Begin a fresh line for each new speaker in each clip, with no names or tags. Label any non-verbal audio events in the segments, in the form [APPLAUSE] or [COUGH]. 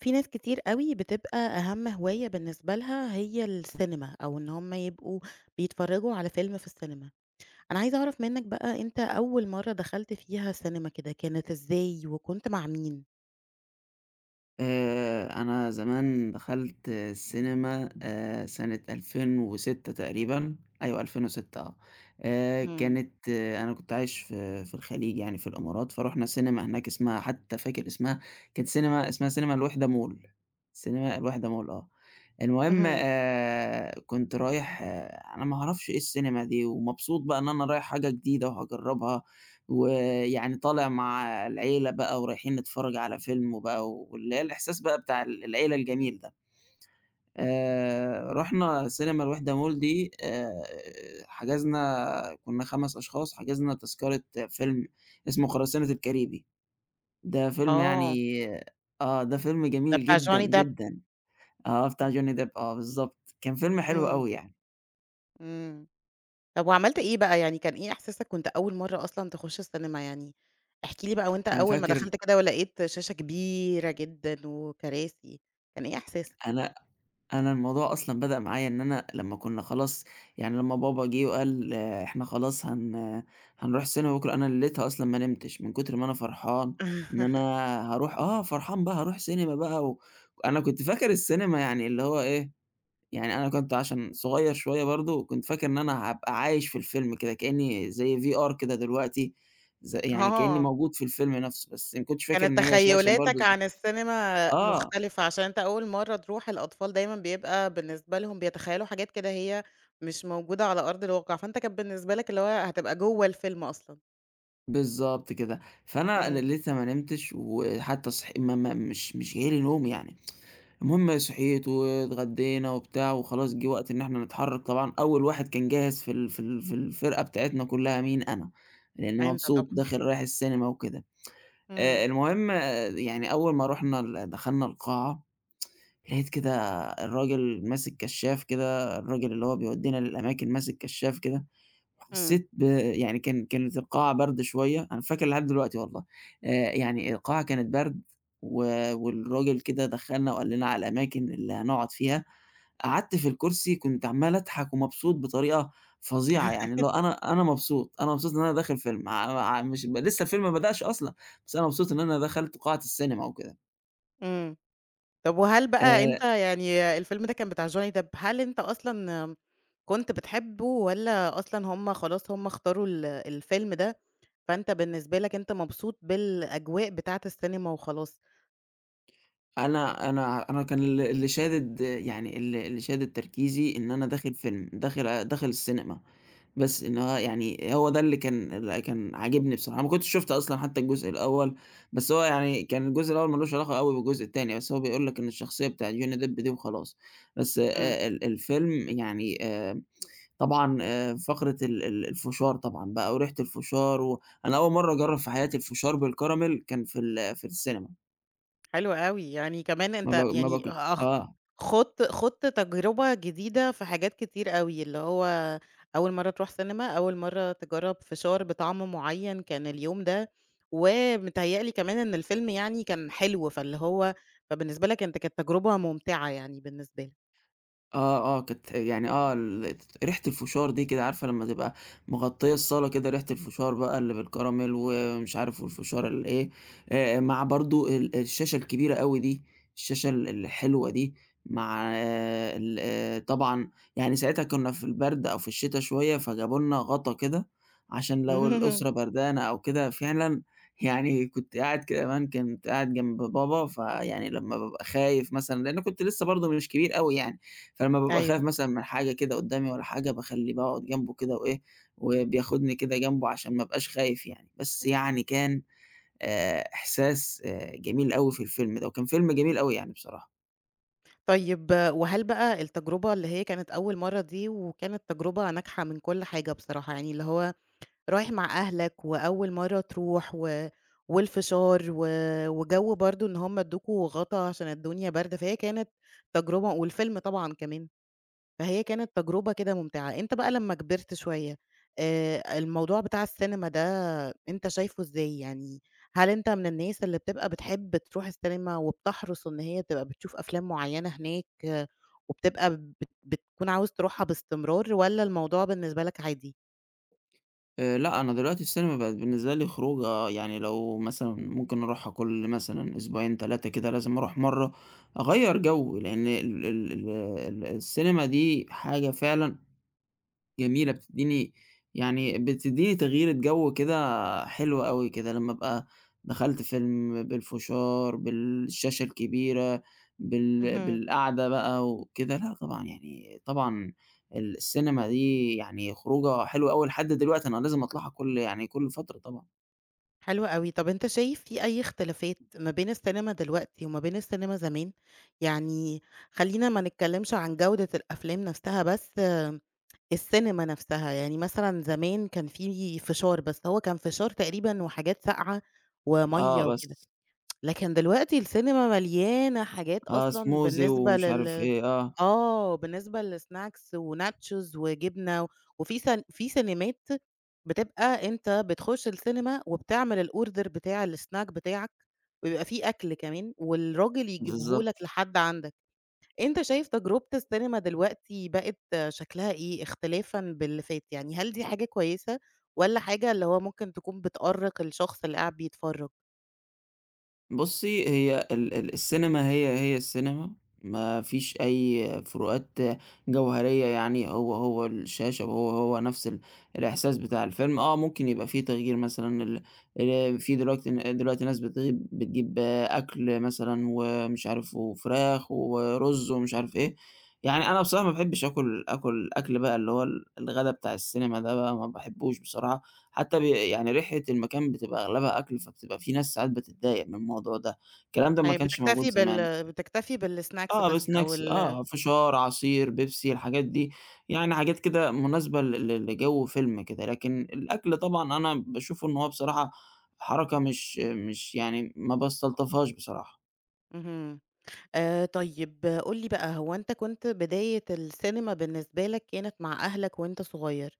في ناس كتير أوي بتبقى أهم هواية بالنسبة لها هي السينما، أو إن هم يبقوا بيتفرّجوا على فيلم في السينما. أنا عايزة أعرف منّك بقى أنت أول مرّة دخلت فيها سينما كده كانت إزاي وكنت مع مين؟
أنا زمان دخلت السينما سنة 2006 تقريبًا، أيوه 2006
إمم،
كانت أنا كنت عايش في الخليج يعني في الإمارات، فرُحنا سينما هناك اسمها حتى فاكر اسمها، كانت سينما اسمها سينما الوحدة مول، سينما الوحدة مول المهم
اهم،
كنت رايح أنا ما أعرفش إيه السينما دي، ومبسوط بقى إن أنا رايح حاجة جديدة وهاجرّبها. ويعني طالع مع العيلة بقى ورايحين نتفرّج على فيلم وبقى واللي هي الإحساس بقى بتاع العيلة الجميل ده. رُحنا سينما الوحدة مول دي حجزنا كُنّا 5 أشخاص، حجزنا تذكرة فيلم اسمه قراصنة الكاريبي. ده فيلم
آه،
يعني ده فيلم
ده
جميل
بتاع
جدًا،
جوني ديب،
جدًا. بتاع جوني ديب بالضبط. كان فيلم حلو
إمم،
أوي يعني.
إمم. طب وعملت إيه بقى، يعني كان إيه إحساسك وأنت أول مرّة أصلًا تخُش السينما يعني؟ احكِ لي بقى وأنت
أنا
أول ما
فاكر
دخلت كده ولقيت شاشة كبيرة جدًا وكراسي، كان إيه إحساسك؟
أنا أنا الموضوع أصلًا بدأ معايا إن أنا لمّا كنا خلاص يعني لمّا بابا جِه وقال إحنا خلاص هنروح السينما بكرة، أنا ليلتها أصلًا ما نمتش من كتر ما أنا فرحان إن أنا
[LAUGHS]
هاروح فرحان بقى هاروح سينما بقى أنا كنت فاكر السينما يعني اللي هو إيه، يعني أنا كنت عشان صغير شوية برضه، كنت فاكر إن أنا هابقى عايش في الفيلم كده، كإني زي VR كده دلوقتي، يعني كإني
آه.
موجود في الفيلم نفسه، بس ما كنتش فاكر
كانت
إن هي شاشة برضه
تخيلاتك
زي
عن السينما
آه.
مختلفة، عشان أنت أول مرّة تروح الأطفال دايمًا بيبقى بالنسبة لهم بيتخيلوا حاجات كده هي مش موجودة على أرض الواقع، فأنت كان بالنسبة لك اللي هو هتبقى جوّه الفيلم أصلًا.
بالضبط كده، فأنا
إمم،
لسه ما نمتش وحتى صح ما مش جاي لي نوم يعني، المهم صحيت واتغدينا وبتاع وخلاص جه وقت إن إحنا نتحرك طبعًا، أول واحد كان جاهز في الفرقة بتاعتنا كلّها مين، أنا، لإني
أنت
مبسوط
طبعًا.
داخل رايح السينما وكده،
إمم،
المهم يعني أول ما رُحنا دخلنا القاعة لقيت كده الراجل ماسك كشّاف كده، الراجل اللي هو بيودينا للأماكن ماسك كشّاف كده
إمم،
حسيت ب يعني كانت القاعة برد شوية، أنا فاكر لحد دلوقتي والله، يعني القاعة كانت برد و والراجل كده دخّلنا وقال لنا على الأماكن اللي هنقعد فيها، قعدت في الكرسي كنت عمّال أضحك ومبسوط بطريقة فظيعة، يعني اللي هو أنا مبسوط، أنا مبسوط إن أنا داخل فيلم ع ع مش لسه الفيلم ما بدأش أصلًا، بس أنا مبسوط إن أنا دخلت قاعة السينما وكده.
إمم. طب وهل بقى
آآ
أنت يعني الفيلم ده كان بتاع جوني ديب، هل أنت أصلًا كنت بتحبه والّا أصلًا هم خلاص هم اختاروا الفيلم ده، فأنت بالنسبة لك أنت مبسوط بالأجواء بتاعة السينما وخلاص؟
أنا كان اللي شادد يعني اللي شادد تركيزي إن أنا داخل فيلم، داخل السينما. بس إن هو يعني هو ده اللي كان عاجبني بصراحة، أنا ما كنتش شُفت أصلًا حتى الجزء الأول، بس هو يعني كان الجزء الأول ما لوش علاقة أوي بالجزء التاني، بس هو بيقول لك إن الشخصية بتاعة جوني ديب دي وخلاص، بس
إمم.
الفيلم يعني طبعًا فقرة ال ال الفشار طبعًا بقى وريحة الفشار أنا أول مرّة أجرّب في حياتي الفشار بالكراميل كان في السينما،
حلو أوي، يعني كمان
ما ب
أنت
ما
يعني
باكل
أخ
آه.
خُضت خُضت تجربة جديدة في حاجات كتير أوي، اللي هو أول مرّة تروح سينما، أول مرّة تجرّب فشار بطعم معيّن كان اليوم ده، ومتهيأ لي كمان إن الفيلم يعني كان حلو، فاللي هو فبالنسبة لك أنت كانت تجربة ممتعة يعني بالنسبة لك.
كانت يعني ريحة الفشار دي كده عارفة لمّا تبقى مغطية الصالة كده ريحة الفشار بقى اللي بالكراميل ومش عارف والفشار الإيه، مع برضه الشاشة الكبيرة أوي دي، الشاشة الحلوة دي، مع آه ال آه طبعًا يعني ساعتها كنا في البرد أو في الشتا شوية، فجابوا لنا غطا كده عشان لو الأسرة
[LAUGHS]
بردانة أو كده، فعلًا يعني كنت قاعد كده، كمان كنت قاعد جنب بابا، فيعني لمّا بابقى خايف مثلًا لإن كنت لسه برضه مش كبير أوي يعني. فلمّا بابقى خايف
أيوه،
مثلًا من حاجة كده قدّامي والّا حاجة باخلّيه باقعد جنبه كده وإيه، وبياخدني كده جنبه عشان ما ابقاش خايف يعني، بس يعني كان إحساس جميل أوي في الفيلم ده، وكان فيلم جميل أوي يعني بصراحة.
طيب وهل بقى التجربة اللي هي كانت أول مرّة دي وكانت تجربة ناجحة من كل حاجة بصراحة، يعني اللي هو رايح مع أهلك وأول مرّة تروح و والفشار و وجَو برضه إن هم ادّوكوا غطا عشان الدنيا باردة، فهي كانت تجربة والفيلم طبعًا كمان، فهي كانت تجربة كده ممتعة. أنت بقى لمّا كبرت شوية، الموضوع بتاع السينما ده أنت شايفه إزاي؟ يعني هل أنت من الناس اللي بتبقى بتحب تروح السينما وبتحرص إن هي تبقى بتشوف أفلام معيّنة هناك، وبتبقى بتكون عاوز تروحها باستمرار والّا الموضوع بالنسبة لك عادي؟
لأ، أنا دلوقتي السينما بقت بالنسبة لي خروجة يعني لو مثلًا ممكن أروحها كل مثلًا أسبوعين 3 كده لازم أروح مرّة، أغيّر جو، لإن ال ال ال السينما دي حاجة فعلًا جميلة، بتدّيني تغييرة جو كده حلوة أوي كده، لمّا أبقى دخلت فيلم بالفشار، بالشاشة الكبيرة، بالقعدة بقى وكده، لأ طبعًا يعني طبعًا السينما دي يعني خروجة حلوة أوي لحد دلوقتي أنا لازم أطلعها كل فترة طبعًا.
حلو أوي. طب أنت شايف في أي اختلافات ما بين السينما دلوقتي وما بين السينما زمان؟ يعني خلّينا ما نتكلّمش عن جودة الأفلام نفسها بس آه، السينما نفسها، يعني مثلًا زمان كان في فشار، بس هو كان فشار تقريبًا وحاجات ساقعة
آه،
ومَيّة وكده،
بس
لكن دلوقتي السينما مليانة حاجات أصلًا
سموزي
بالنسبة
ومش عارف
لل
إيه،
آه، بالنسبة لسناكس وناتشوز وجبنة، وفي في سينيمات بتبقى أنت بتخش السينما وبتعمل الorder بتاع السناك بتاعك، وبيبقى في أكل كمان، والراجل يجيبه لك
بالضبط.
لحد عندك. أنت شايف تجربة السينما دلوقتي بقت شكلها إيه اختلافًا باللي فات؟ يعني هل دي حاجة كويسة والّا حاجة اللي هو ممكن تكون بتأرّق الشخص اللي قاعد بيتفرّج؟
بُصّي، هي ال ال السينما هي السينما، ما فيش أي فروقات جوهرية يعني، هو الشاشة وهو نفس الإحساس بتاع الفيلم، آه ممكن يبقى في تغيير مثلًا ال في دلوقتي ناس بتجيب أكل مثلًا ومش عارف وفراخ ورُز ومش عارف إيه، يعني أنا بصراحة ما باحبش آكل الأكل بقى اللي هو الغدا بتاع السينما ده بقى ما باحبوش بصراحة، حتى ب يعني ريحة المكان بتبقى أغلبها أكل، فبتبقى في ناس ساعات بتتضايق من الموضوع ده، الكلام ده ما
يعني
كانش موجود زمان.
بتكتفي بالسناكس
آه
بس أو
بsnacks
ال
فشار، عصير، بيبسي، الحاجات دي، يعني حاجات كده مناسبة ل ل لجو فيلم كده، لكن الأكل طبعًا أنا باشوف إن هو بصراحة حركة مش يعني ما باستلطفهاش بصراحة.
اهم. طيب قُل لي بقى، هو أنت كنت بداية السينما بالنسبة لك كانت مع أهلك وأنت صغير،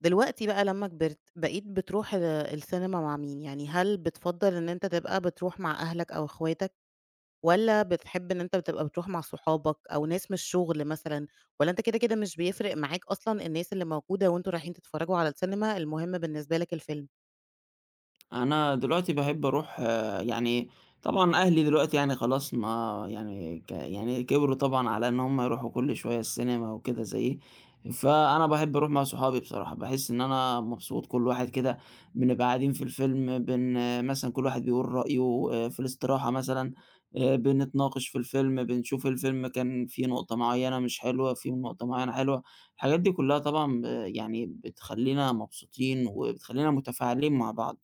دلوقتي بقى لمّا كبرت بقيت بتروح السينما مع مين؟ يعني هل بتفضّل إن أنت تبقى بتروح مع أهلك أو أخواتك، والّا بتحب إن أنت بتبقى بتروح مع صحابك أو ناس من الشغل مثلًا، والّا أنت كده، كده مش بيفرق معاك أصلًا الناس اللي موجودة وأنتم رايحين تتفرّجوا على السينما، المهم بالنسبة لك الفيلم؟
أنا دلوقتي باحب أروح يعني طبعًا أهلي دلوقتي يعني خلاص ما يعني ك يعني كبروا طبعًا على إن هم يروحوا كل شوية السينما وكده زيي، فأنا باحب أروح مع صحابي بصراحة، باحس إن أنا مبسوط كل واحد كده بنبقى قاعدين في الفيلم بن آه، مثلًا كل واحد بيقول رأيه في الاستراحة مثلًا بنتناقش في الفيلم، بنشوف الفيلم كان فيه نقطة معينة مش حلوة، فيه نقطة معينة حلوة، الحاجات دي كلها طبعًا يعني بتخلّينا مبسوطين وبتخلّينا متفاعلين مع بعض.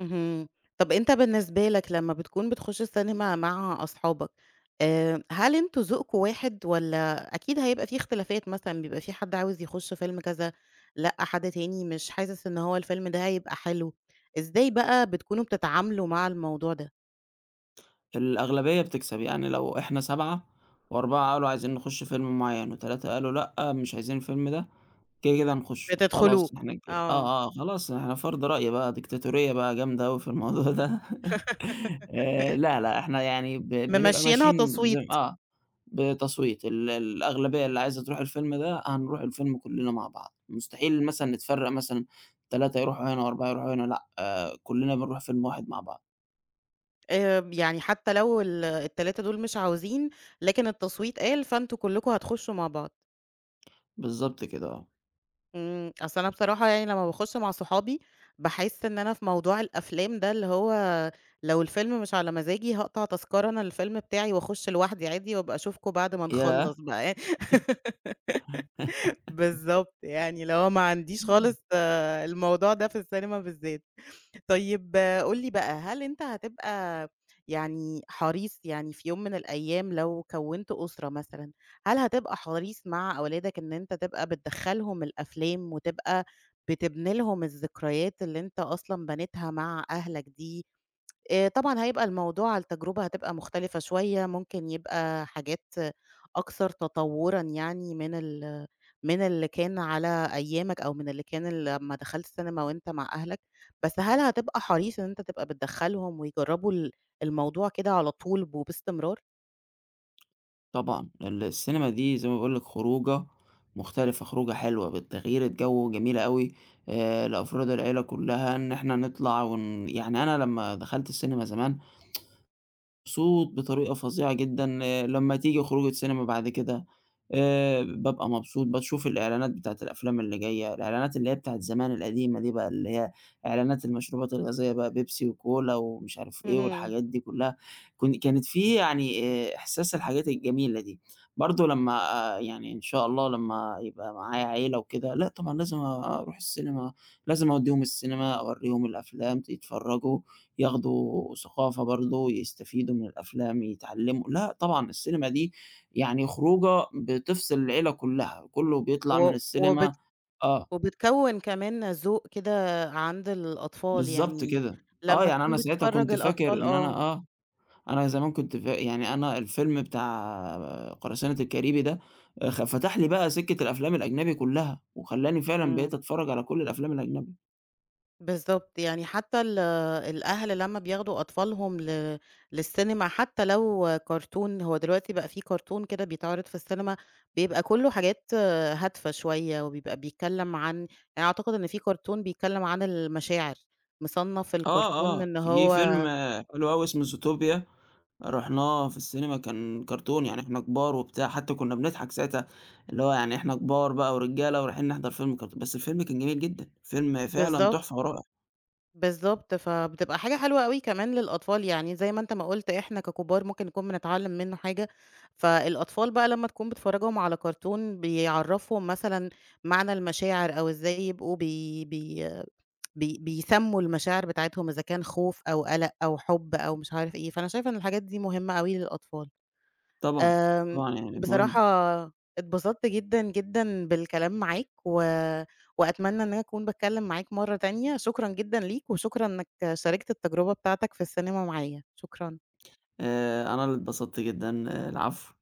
اهم. طب أنت بالنسبة لك لمّا بتكون بتخش السينما مع أصحابك، هل أنتم ذوقكم واحد والّا أكيد هيبقى في اختلافات مثلًا، بيبقى في حد عاوز يخش فيلم كذا، لأ حد تاني مش حاسس إن هو الفيلم ده هيبقى حلو، إزاي بقى بتكونوا بتتعاملوا مع الموضوع ده؟
الأغلبية بتكسب، يعني لو إحنا 7 و4 قالوا عايزين نخُش فيلم معيّن و3 قالوا لأ، مش عايزين الفيلم ده، كده، كده هنخُشه، خلاص
بتدخلوه،
إحنا ك
آه.
آه، آه، خلاص إحنا فرض رأي بقى، ديكتاتورية بقى جامدة أوي في الموضوع ده [LAUGHS] لا، لا، إحنا يعني بنبقى
ممشيينها
ماشيين زي م
تصويت،
آه، بتصويت الأغلبية اللي عايزة تروح الفيلم ده، هنروح الفيلم كُلّنا مع بعض، مستحيل مثلًا نتفرّق مثلًا 3 يروحوا هنا و4 يروحوا هنا لأ، كُلّنا بنروح فيلم واحد مع بعض،
يعني حتى لو ال3 دول مش عاوزين، لكن التصويت قال فأنتم كلكم هتخشوا مع بعض.
بالضبط كده.
أصل أنا بصراحة يعني لمّا باخش مع صحابي، باحس إن أنا في موضوع الأفلام ده، اللي هو لو الفيلم مش على مزاجي هاقطع تذكرة أنا للفيلم بتاعي واخش لوحدي عادي، وأبقى أشوفكم بعد ما
ياه!
نخلّص بقى [LAUGHS] بالضبط، يعني اللي هو ما عنديش خالص الموضوع ده في السينما بالذات. طيب قُل لي بقى، هل أنت هتبقى يعني حريص يعني في يوم من الأيام لو كوّنت أسرة مثلًا، هل هتبقى حريص مع أولادك إن أنت تبقى بتدخّلهم الأفلام وتبقى بتبني لهم الذكريات اللي أنت أصلًا بنيتها مع أهلك دي. طبعًا هيبقى الموضوع التجربة هتبقى مختلفة شوية، ممكن يبقى حاجات أكثر تطوُّرًا يعني من اللي كان على أيامك أو من اللي كان لمّا دخلت سينما وأنت مع أهلك، بس هل هتبقى حريص إن أنت تبقى بتدخّلهم ويجرّبوا الموضوع كده على طول وباستمرار؟
طبعًا، السينما دي زي ما باقول لك خروجة مختلفة، خروجة حلوة بتغيير الجو جميلة أوي لأفراد العيلة كلّها، إن إحنا نطلع يعني أنا لمّا دخلت السينما زمان مبسوط بطريقة فظيعة جدًا، لمّا تيجي خروجة سينما بعد كده بابقى مبسوط، باشوف الإعلانات بتاعة الأفلام اللي جاية، الإعلانات اللي هي بتاعة زمان القديمة دي بقى، اللي هي إعلانات المشروبات الغازية بقى بيبسي وكولا ومش عارف إيه
اهم.
والحاجات دي كلّها، كانت في يعني إحساس الحاجات الجميلة دي، برضه لمّا يعني إن شاء الله لمّا يبقى معايا عيلة وكده، لأ طبعًا لازم أروح السينما، لازم أودّيهم السينما، أورّيهم الأفلام يتفرّجوا. ياخدوا ثقافة برضه، يستفيدوا من الأفلام، يتعلّموا لأ طبعًا السينما دي يعني خروجة بتفصل العيلة كلّها، كلّه بيطلع
و
من
وبت
السينما آه،
وبتكوِّن كمان ذوق كده عند الأطفال،
بالضبط
يعني
كده.
لمّا
يعني أنا
تكون
ساعتها
بتفرّج
كنت فاكر
الأطفال
إن أنا
آه،
أنا زمان كنت فا يعني أنا الفيلم بتاع قراصنة الكاريبي ده فتح لي بقى سكة الأفلام الأجنبي كلّها، وخلّاني فعلًا
إمم.
بقيت أتفرّج على كل الأفلام الأجنبي.
بالضبط، يعني حتى الأهل لمّا بياخدوا أطفالهم للسينما حتى لو كرتون هو دلوقتي بقى في كرتون كده بيتعرض في السينما بيبقى كلّه حاجات هادفة شوية، وبيبقى بيتكلّم عن يعني أعتقد إن في كرتون بيتكلّم عن المشاعر، مصنّف
آه،
الكرتون إن
في فيلم
هو
حلو أوي اسمه زوتوبيا، رُحناه في السينما كان كرتون، يعني إحنا كبار وبتاع، حتى كُنّا بنضحك ساعتها، اللي هو يعني إحنا كبار بقى ورجالة ورايحين نحضر فيلم كرتون، بس الفيلم كان جميل جدًا، فيلم فعلًا
بالضبط.
تحفة ورائع،
بالضبط، فبتبقى حاجة حلوة أوي كمان للأطفال، يعني زي ما أنت ما قُلت إحنا ككبار ممكن نكون بنتعلّم منّه حاجة، فالأطفال بقى لمّا تكون بتفرّجهم على كرتون بيعرّفهم مثلًا معنى المشاعر أو إزاي يبقوا بي بي بي بيسمّوا المشاعر بتاعتهم إذا كان خوف أو قَلَق أو حُب أو مش عارف إيه، فأنا شايفة إن الحاجات دي مهمة أوي للأطفال.
طبعًا،
آمم،
طبعًا يعني مهم،
بصراحة اتبسطت جدًا، جدًا بالكلام معاك و وأتمنى إن أنا أكون باتكلم معاك مرّة تانية، شكرًا جدًا ليك وشكرًا إنك شاركت التجربة بتاعتك في السينما معايا، شكرًا.
أنا اللي اتبسطت جدًا، العفو.